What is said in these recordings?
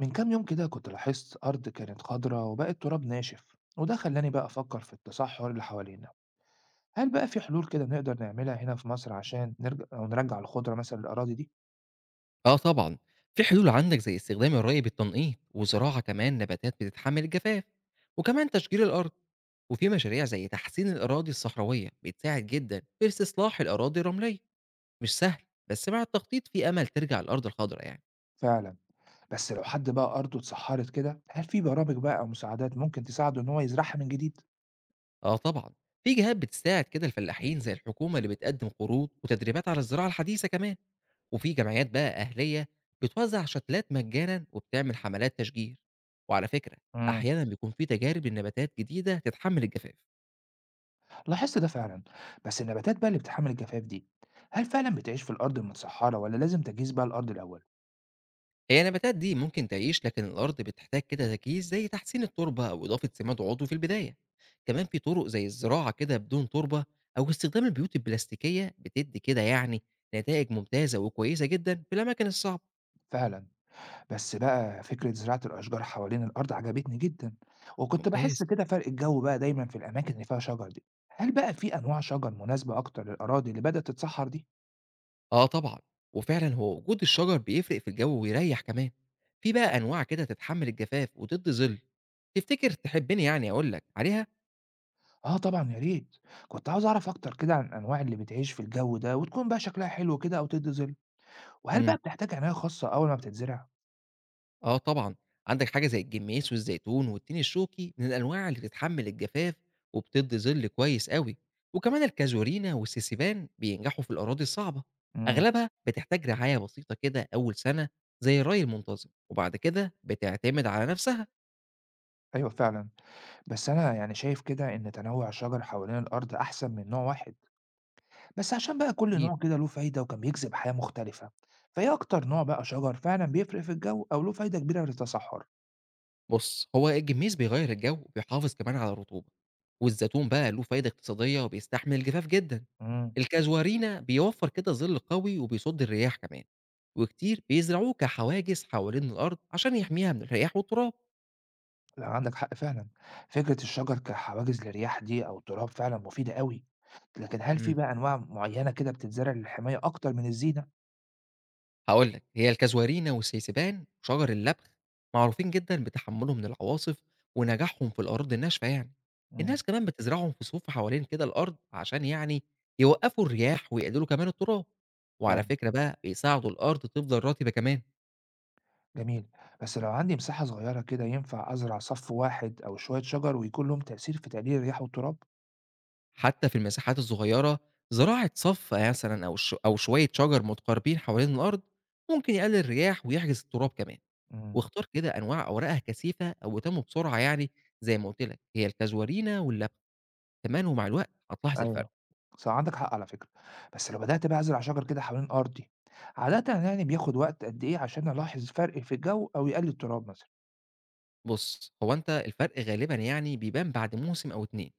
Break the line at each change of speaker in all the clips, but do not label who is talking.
من كام يوم كده كنت لاحظت أرض كانت خضرا وبقت تراب ناشف وده خلاني بقى أفكر في التصحر اللي حوالينا. هل بقى في حلول كده نقدر نعملها هنا في مصر عشان نرجع أو نرجع الخضرة مثلا للأراضي دي؟
آه طبعًا، في حلول عندك زي استخدام الري بالتنقيط، وزراعة كمان نباتات بتتحمل الجفاف، وكمان تشجير الأرض، وفي مشاريع زي تحسين الأراضي الصحراوية بتساعد جدًا في استصلاح الأراضي الرملية، مش سهل بس مع التخطيط في أمل ترجع الأرض الخضرا يعني.
فعلا. بس لو حد بقى أرضه اتسحرت كده هل في برامج بقى أو مساعدات ممكن تساعده إن هو يزرعها من جديد؟
آه طبعًا، في جهات بتساعد كده الفلاحين زي الحكومة اللي بتقدّم قروض وتدريبات على الزراعة الحديثة كمان، وفي جمعيات بقى أهلية بتوزّع شتلات مجانًا وبتعمل حملات تشجير، وعلى فكرة
امم.
أحيانًا بيكون في تجارب لنباتات جديدة تتحمل الجفاف،
لاحظت ده فعلا. بس النباتات بقى اللي بتحمل الجفاف دي هل فعلا بتعيش في الأرض المتسحرة ولا لازم تجهيز بقى الأرض الأول؟
هي النباتات دي ممكن تعيش لكن الأرض بتحتاج كده تجهيز زي تحسين التربة أو إضافة سماد عضوي في البداية، كمان في طرق زي الزراعة كده بدون تربة أو استخدام البيوت البلاستيكية بتدّي كده يعني نتايج ممتازة وكويسة جدًا في الأماكن الصعبة.
فعلا. بس بقى فكرة زراعة الأشجار حوالين الأرض عجبتني جدًا، وكنت باحس
ممتاز.
كده فرق الجو بقى دايمًا في الأماكن اللي فيها شجر دي، هل بقى في أنواع شجر مناسبة أكتر للأراضي اللي بدأت تتصحر دي؟
آه طبعًا، وفعلًا هو وجود الشجر بيفرق في الجو ويريّح كمان، في بقى أنواع كده تتحمّل الجفاف وتدّي ظِل، تفتكر تحبّني يعني أقول لك عليها؟
آه طبعًا يا ريت، كنت عاوز أعرف أكتر كده عن الأنواع اللي بتعيش في الجو ده وتكون بقى شكلها حلو كده أو تدي ظل، وهل بقى
إمم،
بتحتاج عناية خاصة أول ما بتتزرع؟
آه طبعًا، عندك حاجة زي الجميس والزيتون والتين الشوكي من الأنواع اللي بتتحمّل الجفاف وبتدّي ظِل كويس أوي، وكمان الكازورينا والسيسبان بينجحوا في الأراضي الصعبة،
إمم.
أغلبها بتحتاج رعاية بسيطة كده أول سنة زي الري المنتظم، وبعد كده بتعتمد على نفسها.
أيوه فعلًا، بس أنا يعني شايف كده إن تنوع الشجر حوالين الأرض أحسن من نوع واحد. بس عشان بقى كل نوع كده له فايدة وكان بيجذب حياة مختلفة، فإيه أكتر نوع بقى شجر فعلا بيفرق في الجو أو له فايدة كبيرة للتصحر؟
بُص، هو الجميز بيغيّر الجو وبيحافظ كمان على الرطوبة، والزيتون بقى له فايدة اقتصادية وبيستحمل الجفاف جدًا،
امم.
الكازوارينا بيوفّر كده ظِل قوي وبيصُد الرياح كمان، وكتير بيزرعوه كحواجز حوالين الأرض عشان يحميها من الرياح والتراب.
لا عندك حق فعلا. فكرة الشجر كحواجز للرياح دي أو التراب فعلا مفيدة قوي، لكن هل في
إمم.
بقى أنواع معينة كده بتتزرع للحماية أكتر من الزينة؟
هاقول لك، هي الكازوارينا والسيسبان وشجر اللبخ معروفين جدًا بتحمّلهم للعواصف ونجاحهم في الأراضي الناشفة يعني.
امم.
الناس كمان بتزرعهم في صفوف حوالين كده الأرض عشان يعني يوقّفوا الرياح ويقللوا كمان التراب. وعلى
فعلا.
فكرة بقى بيساعدوا الأرض تفضل رطبة كمان
جميل. بس لو عندي مساحة صغيرة كده ينفع أزرع صف واحد أو شوية شجر ويكون لهم تأثير في تقليل الرياح والتراب؟
حتى في المساحات الصغيرة، زراعة صف مثلًا أو شوية شجر متقاربين حوالين الأرض ممكن يقلل الرياح ويحجز التراب كمان.
امم.
واختار كده أنواع أوراقها كثيفة أو بتنمو بسرعة يعني زي ما قُلت لك، هي الكازوارينا واللبخ. كمان ومع الوقت هتلاحظ الفرق.
أيوه، صح عندك حق على فكرة، بس لو بدأت بقى أزرع شجر كده حوالين أرضي، عادةً يعني بياخد وقت قد إيه عشان ألاحظ فرق في الجو أو يقلل التراب مثلًا؟
بص هو انت الفرق غالبا يعني بيبان بعد موسم او اتنين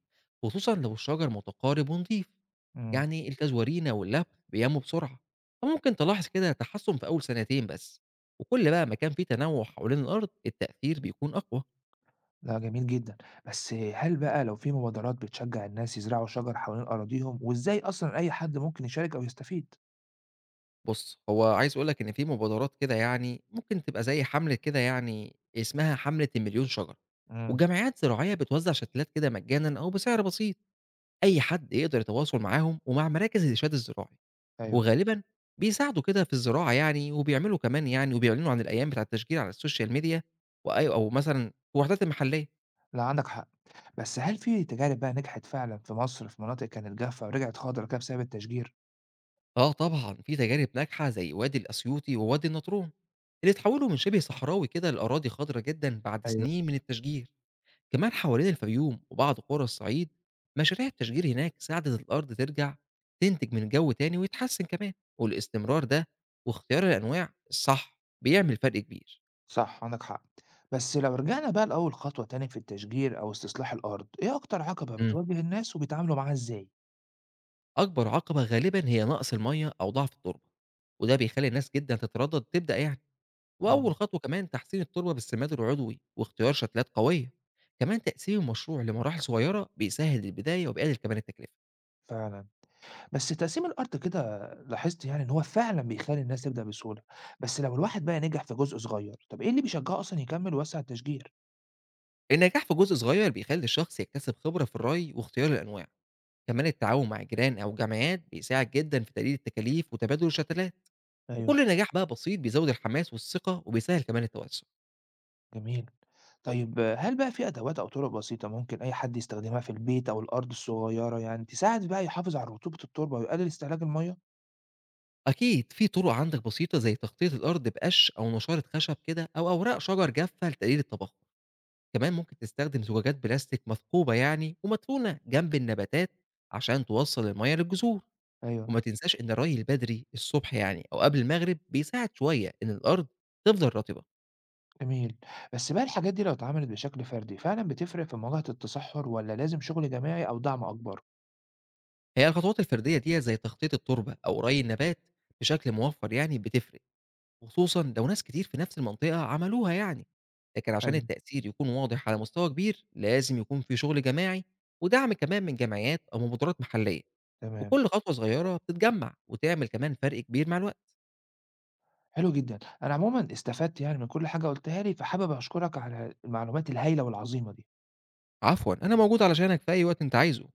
خصوصا لو الشجر متقارب ونظيف.
إمم.
يعني الكزورينا واللب بينمو بسرعه، فممكن تلاحظ كده تحسن في اول سنتين بس، وكل بقى ما كان في تنوع حوالين الارض التاثير بيكون اقوى.
لأ جميل جدًا، بس هل بقى لو في مبادرات بتشجع الناس يزرعوا شجر حوالين أراضيهم، وإزاي أصلًا أي حد ممكن يشارك أو يستفيد؟
بص هو عايز اقول لك ان في مبادرات كده يعني ممكن تبقى زي حمله كده يعني اسمها حمله المليون شجره،
إمم.
وجمعيات زراعيه بتوزع شتلات كده مجانا او بسعر بسيط. اي حد يقدر يتواصل معاهم ومع مراكز الارشاد الزراعي
أيوه.
وغالبًا بيساعدوا كده في الزراعة يعني، وبيعملوا كمان يعني وبيعلنوا عن الأيام بتاعة التشجير على السوشيال ميديا وأيوه أو مثلًا الوحدات المحلية.
لأ عندك حق، بس هل في تجارب بقى نجحت فعلًا في مصر في مناطق كانت جافة ورجعت خضرا كده بسبب التشجير؟
آه طبعًا، في تجارب ناجحة زي وادي الأسيوطي ووادي النطرون، اللي اتحولوا من شبه صحراوي كده لأراضي خضرا جدًا بعد
أيوه.
سنين من التشجير. كمان حوالين الفيوم وبعض قرى الصعيد، مشاريع التشجير هناك ساعدت الأرض ترجع تنتج من جو تاني ويتحسن كمان، والاستمرار ده واختيار الأنواع الصح بيعمل فرق كبير.
صح عندك حق. بس لو رجعنا بقى لأول خطوة تاني في التشجير أو استصلاح الأرض إيه أكتر عقبة
إمم.
بتواجه الناس وبيتعاملوا معاها إزاي؟
أكبر عقبة غالبًا هي نقص المَيّة أو ضعف التربة، وده بيخلّي ناس جدًا تتردد تبدأ يعني، وأول
مم.
خطوة كمان تحسين التربة بالسماد العضوي واختيار شتلات قوية، كمان تقسيم المشروع لمراحل صغيرة بيسهّل البداية وبيقلل كمان التكلفة.
فعلا. بس تقسيم الأرض كده لاحظت يعني إن هو فعلا بيخلي الناس تبدأ بسهولة. بس لو الواحد بقى نجح في جزء صغير طب إيه اللي بيشجعه أصلا يكمل ويوسع التشجير؟
النجاح في جزء صغير بيخلّي الشخص يكتسب خبرة في الري واختيار الأنواع، كمان التعاون مع الجيران أو جمعيات بيساعد جدًا في تقليل التكاليف وتبادل الشتلات،
ايوه.
وكل نجاح بقى بسيط بيزود الحماس والثقة وبيسهّل كمان التوسع.
جميل. طيب آه، هل بقى في أدوات أو طرق بسيطة ممكن أي حد يستخدمها في البيت أو الأرض الصغيرة يعني تساعد بقى يحافظ على رطوبة التربة ويقلل استهلاك المية؟
أكيد في طرق عندك بسيطة زي تغطية الأرض بقش أو نشارة خشب كده أو أوراق شجر جافة لتقليل التبخر، كمان ممكن تستخدم زجاجات بلاستيك مثقوبة يعني ومدفونة جنب النباتات عشان توصل المياه للجذور،
ايوه.
وما تنساش إن الري البدري الصبح يعني أو قبل المغرب بيساعد شوية إن الأرض تفضل رطبة.
جميل. بس بقى الحاجات دي لو اتعملت بشكل فردي، فعلًا بتفرق في مواجهة التصحُّر والّا لازم شغل جماعي أو دعم أكبر؟
هي الخطوات الفردية دي زي تخطيط التربة أو ري النبات بشكل موفر يعني بتفرق. وخصوصًا لو ناس كتير في نفس المنطقة عملوها يعني، لكن عشان
حلو.
التأثير يكون واضح على مستوى كبير لازم يكون في شغل جماعي ودعم كمان من جمعيات أو مبادرات محلية،
تمام.
وكل خطوة صغيرة بتتجمع وتعمل كمان فرق كبير مع الوقت.
حلو جدًا. أنا عمومًا استفدت يعني من كل حاجة قُلتها لي، فحابب أشكرك على المعلومات الهايلة والعظيمة دي.
عفوًا، أنا موجود علشانك في أي وقت أنت عايزه.